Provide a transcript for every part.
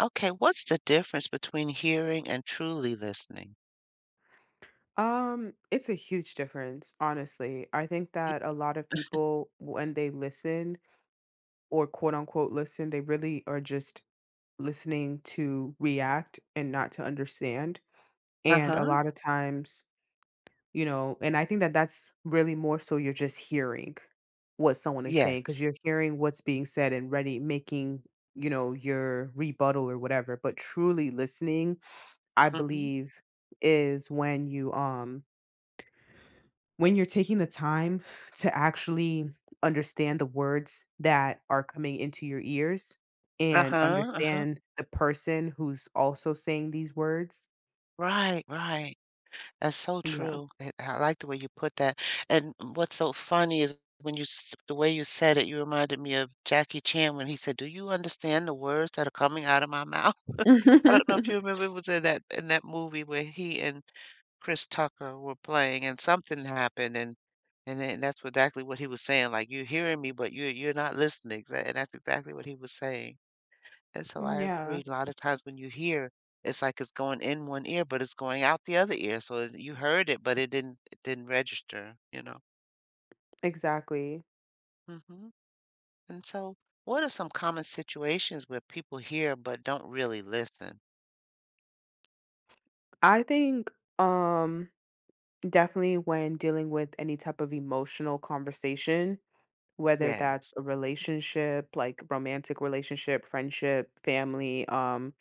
Okay, what's the difference between hearing and truly listening? It's a huge difference, honestly. I think Y that a lot of people, when they listen or quote unquote listen, they really are just listening to react and not to understand. And a Uh-huh, lot of times, and I think that that's really more so you're just hearing what someone is saying because yes. you're hearing what's being said and ready making, your rebuttal or whatever. But truly listening, I Mhm. believe, is when you when you're taking the time to actually understand the words that are coming into your ears and Uh-huh, uh-huh. understand the person who's also saying these words. Right, right. That's so Yeah. true. I like the way you put that, and what's so funny is when you s the way you said it, you reminded me of Jackie Chan when he said, "Do you understand the words that are coming out of my mouth?" I don't know if you remember it was in that movie where he and Chris Tucker were playing and something happened and then exactly what he was saying, like, "You're hearing me, but you're not listening." Tha and that's exactly what he was saying. And so I Yeah, agree, a lot of times when you hear, it's like it's going in one ear, but it's going out the other ear, so it's you heard it, but it didn't register, you know? exactly. Mhm. And so what are some common situations where people hear but don't really listen? I think um definitely when dealing with any type of emotional conversation, whether that's Yes. a relationship, like romantic relationship, friendship, family,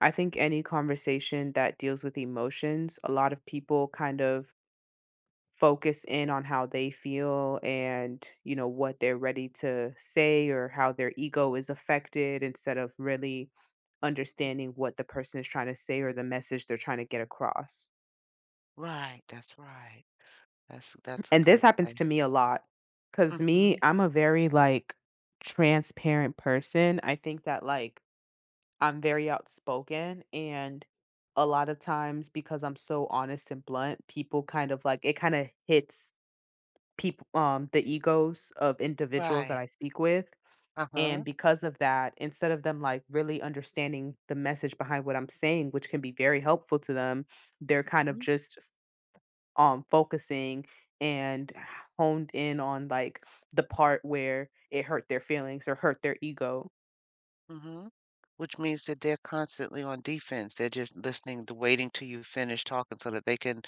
I think any conversation that deals with emotions, a lot of people kind of focus in on how they feel and, what they're ready to say or how their ego is affected instead of really understanding what the person is trying to say or the message they're trying to get across. Right, that's right. That's a And this good happens way. to me a lot cuz me, Mhm. I'm a very like transparent person. I think that like I'm very outspoken and a lot of times because I'm so honest and blunt, people kind of like it kind of hits people the egos of individuals that Right. I speak with. And Uh-huh. because of that, instead of them like really understanding the message behind what I'm saying, which can be very helpful to them, they're kind of Mm, just focusing and honed in on like the part where it hurt their feelings or hurt their ego. mhm. Which means that they're constantly on defense. They're just listening to waiting till you finish talking so that they can,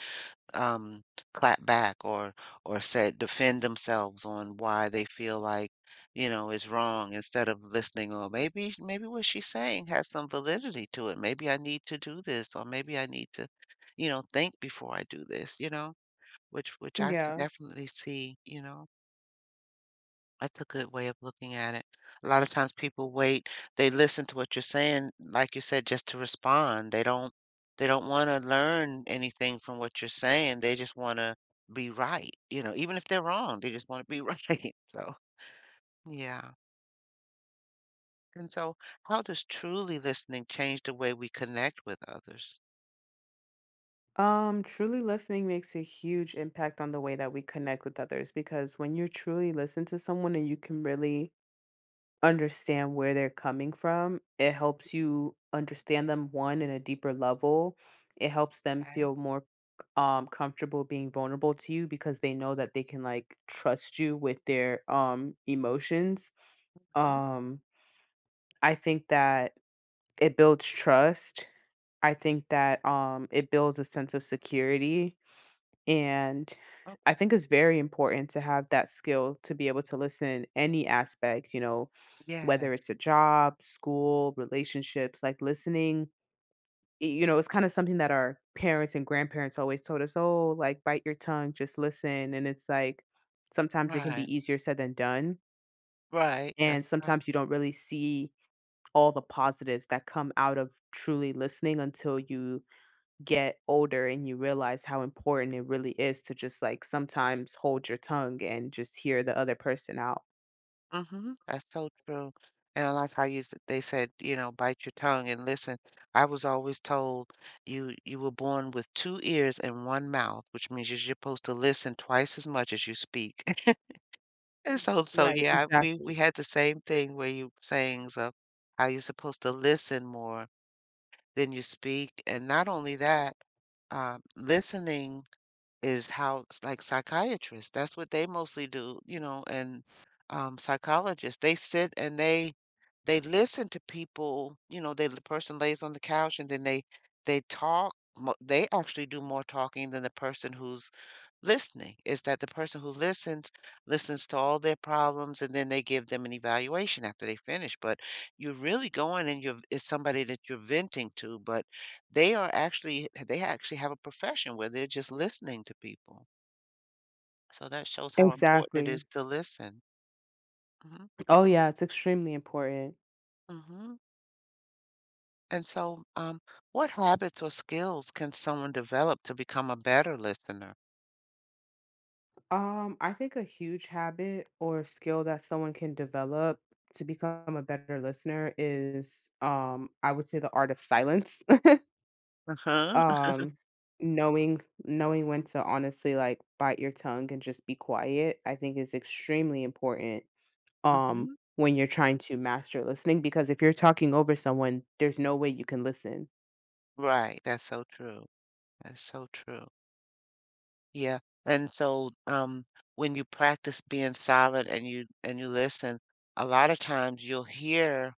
um, clap back or say defend themselves on why they feel like, is wrong instead of listening or maybe what she's saying has some validity to it. Maybe I need to do this or maybe I need to, think before I do this, which I can Yeah. definitely see. That's a good way of looking at it. A lot of times people wait, they listen to what you're saying, like you said, just to respond. They don't want to learn anything from what you're saying. They just want to be right, you know, even if they're wrong, they just want to be right. So, yeah. And so, how does truly listening change the way we connect with others? Truly listening makes a huge impact on the way that we connect with others because when you truly listen to someone and you can really understand where they're coming from, it helps you understand them one in a deeper level. It helps them Okay. feel more comfortable being vulnerable to you because they know that they can like trust you with their emotions. Mhm. Um, I think that it builds trust. I think that it builds a sense of security, and I Okay. think it's very important to have that skill to be able to listen in any aspect, you know, Yes. whether it's a job, school, relationships, like listening, you know, it's kind of something that our parents and grandparents always told us, oh, like bite your tongue, just listen. And it's like sometimes it can Right. be easier said than done. Right. That's And right. sometimes you don't really see all the positives that come out of truly listening until you get older and you realize how important it really is to just, like, sometimes hold your tongue and just hear the other person out. Mhm, that's so true, and I like how you s they said, you know, "Bite your tongue and listen." I was always told, You were born with two ears and one mouth," which means you're supposed to listen twice as much as you speak, and so, Right, yeah, we exactly. had the same thing where you sayings of how you're supposed to listen more than you speak, and not only that, listening is how s like, psychiatrists, that's what they mostly do, you know, and, psychologists, they sit and they listen to people, you know, the person lays on the couch and then they talk. They actually do more talking than the person who's listening. Is that the person who listens to all their problems and then they give them an evaluation after they finish. But you're really going and you're it's somebody that you're venting to, but they actually have a profession where they're just listening to people. So that shows how important it Exactly. is to listen. Hmm. Oh, yeah, it's extremely important. Hmm. And so, what habits or skills can someone develop to become a better listener? I think a huge habit or skill that someone can develop to become a better listener is, I would say the art of silence. Uh-huh. Um, knowing when to honestly, like, bite your tongue and just be quiet, I think is extremely important, um, Hmm. when you're trying to master listening, because if you're talking over someone, there's no way you can listen. Right. That's so true. That's so true. Yeah. And so, when you practice being silent and you listen, a lot of times you'll hear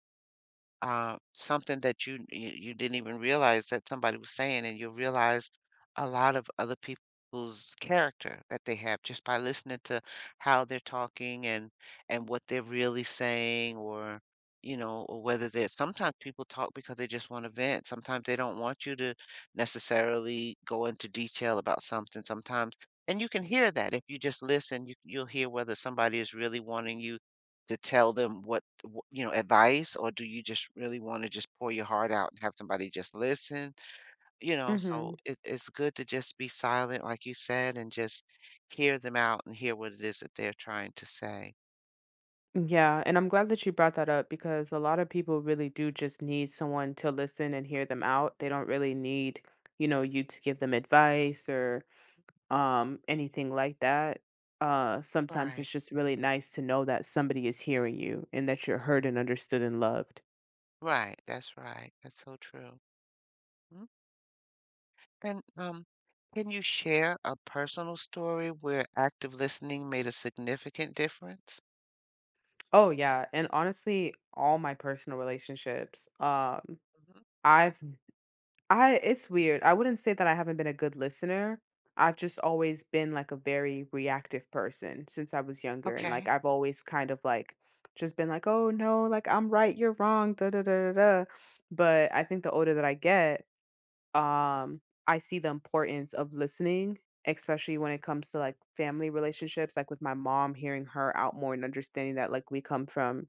something that you didn't even realize that somebody was saying, and you realize a lot of other people's character that they have just by listening to how they're talking and what they're really saying, or or whether they're sometimes people talk because they just want to vent. Sometimes they don't want you to necessarily go into detail about something. Sometimes. And you can hear that if you just listen, you'll hear whether somebody is really wanting you to tell them what wh you know, advice, or do you just really wanna just pour your heart out and have somebody just listen? So Hmm. It's good to just be silent, like you said, and just hear them out and hear what it is that they're trying to say. Yeah, and I'm glad that you brought that up because a lot of people really do just need someone to listen and hear them out. They don't really need, you to give them advice or anything like that. Sometimes Right. it's just really nice to know that somebody is hearing you and that you're heard and understood and loved. Right, that's so true. Mm, and, can you share a personal story where active listening made a significant difference? Oh yeah, and honestly, all my personal relationships, Mhm. I've I it's weird. I wouldn't say that I haven't been a good listener. I've just always been like a very reactive person since I was younger and like Okay. I've always kind of like just been like, "Oh no, like I'm right, you're wrong." Da da da da. Da." But I think the older that I get, um I see the importance of listening, especially when it comes to like family relationships, like with my mom hearing her out more and understanding that like we come from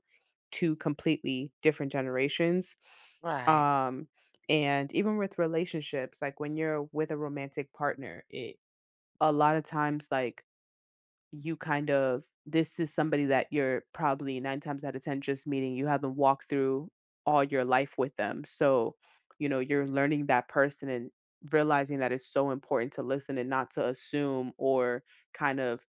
two completely different generations, Right. um and even with relationships like when you're with a romantic partner, it a lot of times like you kind of this is somebody that you're probably nine times out of ten just meeting, you haven't walked through all your life with them, so you're learning that person and realizing that it's so important to listen and not to assume or kind of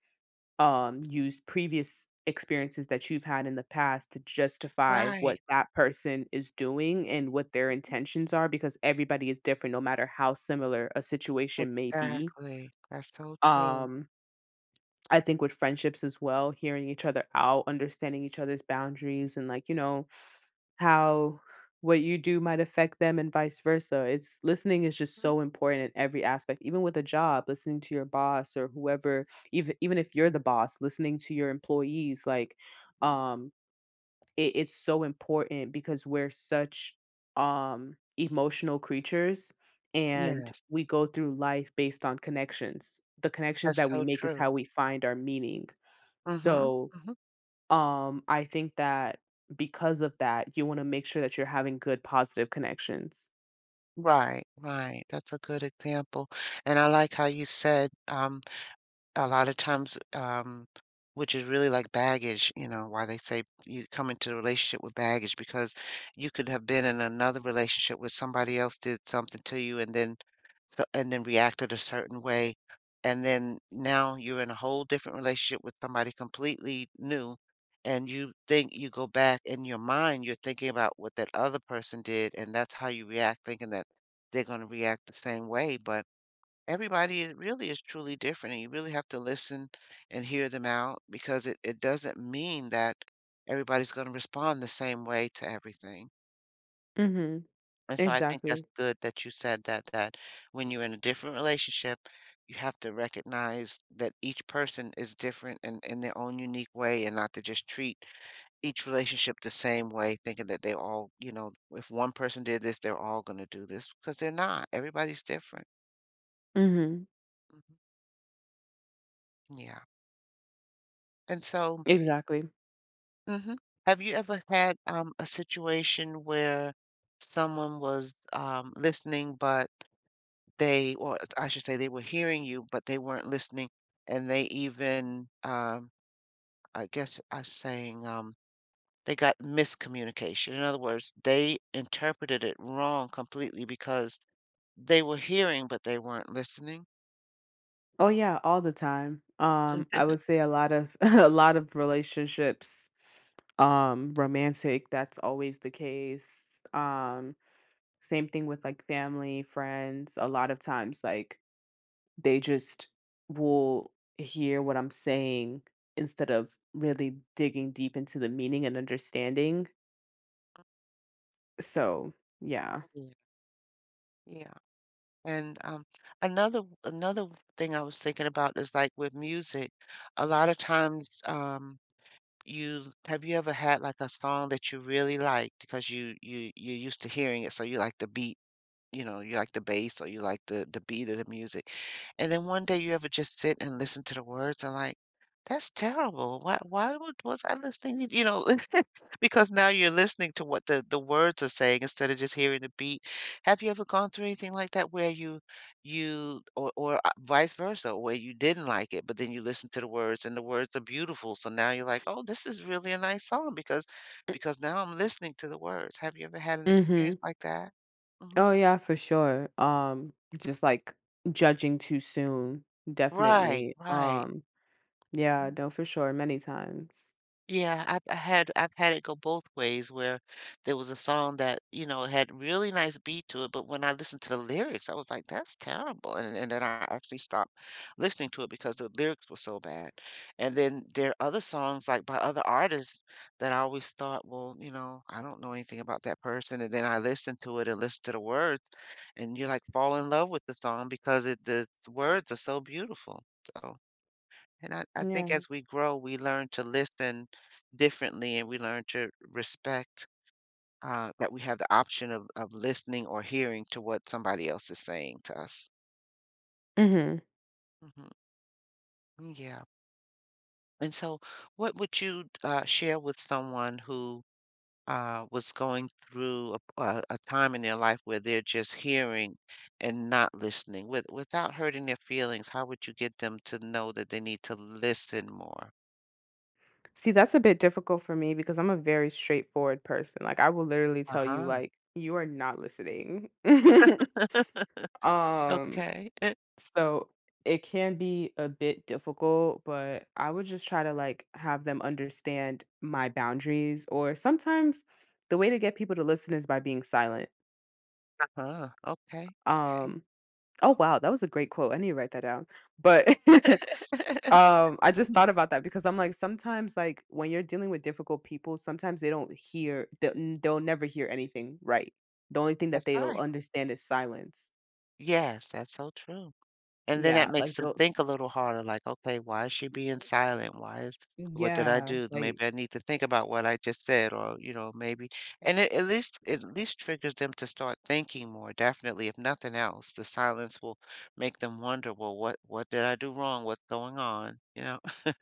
use previous experiences that you've had in the past to justify what Right. that person is doing and what their Mhm. intentions are because everybody is different no matter how similar a situation may be. Exactly. That's so true. Um, I think with friendships as well, hearing each other out, understanding each other's boundaries, and like, how what you do might affect them and vice versa. It's listening is just Mhm. so important in every aspect. Even with a job, listening to your boss or whoever, even even if you're the boss, listening to your employees, like um it, it's so important because we're such emotional creatures and Yes, we go through life based on connections. The connections that's that we so make is true. how we find our meaning. Mhm, So mhm. I think that because of that, you wanna make sure that you're having good positive connections. Right, right, that's a good example, and I like how you said, a lot of times, which is really like baggage, you know, why they say you come into a relationship with baggage because you could have been in another relationship where somebody else did something to you and then so and then reacted a certain way. And then now you're in a whole different relationship with somebody completely new. And you think you go back in your mind, you're thinking about what that other person did, and that's how you react, thinking that they're going to react the same way. But everybody really is truly different, and you really have to listen and hear them out because it doesn't mean that everybody's going to respond the same way to everything, Mhm. and so I think that's Exactly. good that you said that when you're in a different relationship, you have to recognize that each person is different and in their own unique way, and not to just treat each relationship the same way, thinking that they all, you know, if one person did this they're all going to do this because they're not. Everybody's different. Mhm. Mhm. Yeah. And so Exactly. Mhm. Have you ever had, a situation where someone was, listening, but they or I should say they were hearing you, but they weren't listening, and they even, I guess I'm saying, they got miscommunication. In other words, they interpreted it wrong completely because they were hearing, but they weren't listening? Oh, yeah, all the time. I would say a lot of a lot of relationships, romantic, that's always the case. Same thing with, like, family, friends, a lot of times, like, they just will hear what I'm saying instead of really digging deep into the meaning and understanding. So, yeah. Yeah, yeah. And another thing I was thinking about is like with music, a lot of times you ever had like a song that you really like because you're used to hearing it, so you like the beat, you know, you like the bass or you like the beat of the music. And then one day you ever just sit and listen to the words and like, "That's terrible. Why would was I listening?" You know, because now you're listening to what the words are saying instead of just hearing the beat. Have you ever gone through anything like that where you or vice versa, where you didn't like it, but then you listen to the words and the words are beautiful. So now you're like, "Oh, this is really a nice song because now I'm listening to the words." Have you ever had an Mhm. experience like that? Mm-hmm. Oh yeah, for sure. Just like judging too soon, Right, definitely. right. Yeah, Mm. no for sure many times. Yeah, I've had it go both ways where there was a song that, you know, had really nice beat to it, but when I listened to the lyrics, I was like, "That's terrible." And then I actually stopped listening to it because the lyrics were so bad. And then there are other songs, like, by other artists that I always thought, "Well, you know, I don't know anything about that person." And then I listened to it and listened to the words, and you, like, fall in love with the song because it the words are so beautiful. So. And I think Yeah. as we grow, we learn to listen differently, and we learn to respect that we have the option of listening or hearing to what somebody else is saying to us. Mhm. Hmm. Yeah. And so, what would you share with someone who was going through a time in their life where they're just hearing and not listening without hurting their feelings? How would you get them to know that they need to listen more? See, that's a bit difficult for me because I'm a very straightforward person. Like I will literally Uh tell you huh. like you are not listening. um Okay. So it can be a bit difficult, but I would just try to like have them understand my boundaries or sometimes the way to get people to listen is by being silent. Huh, okay, okay. Um oh wow, that was a great quote. I need to write that down. But I just thought about that because I'm like sometimes like when you're dealing with difficult people, sometimes they don't hear they'll never hear anything right. The only thing that That's they'll right. understand is silence. Yes, that's so true. And then Yeah, that like makes them they'll think a little harder, like, "Okay, why is she being silent? Why is what did I Yeah, do? like Maybe I need to think about what I just said," or, you know, maybe, and it at least triggers them to start thinking more, definitely, if nothing else, the silence will make them wonder, "Well, what did I do wrong? What's going on?" You know?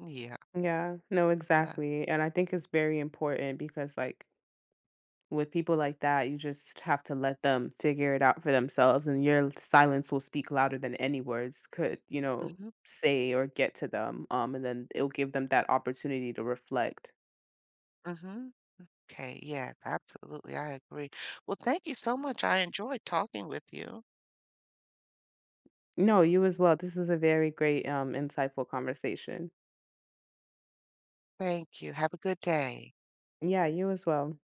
Yeah, Yeah, no, yeah. exactly. And I think it's very important because, like, with people like that, you just have to let them figure it out for themselves, and your silence will speak louder than any words could, you know, Mhm, say or get to them. And then it'll give them that opportunity to reflect. mhm. Okay, yeah, absolutely. I agree. Well, thank you so much. I enjoyed talking with you. No, you as well. This was a very great, insightful conversation. Thank you. Have a good day. Yeah, you as well.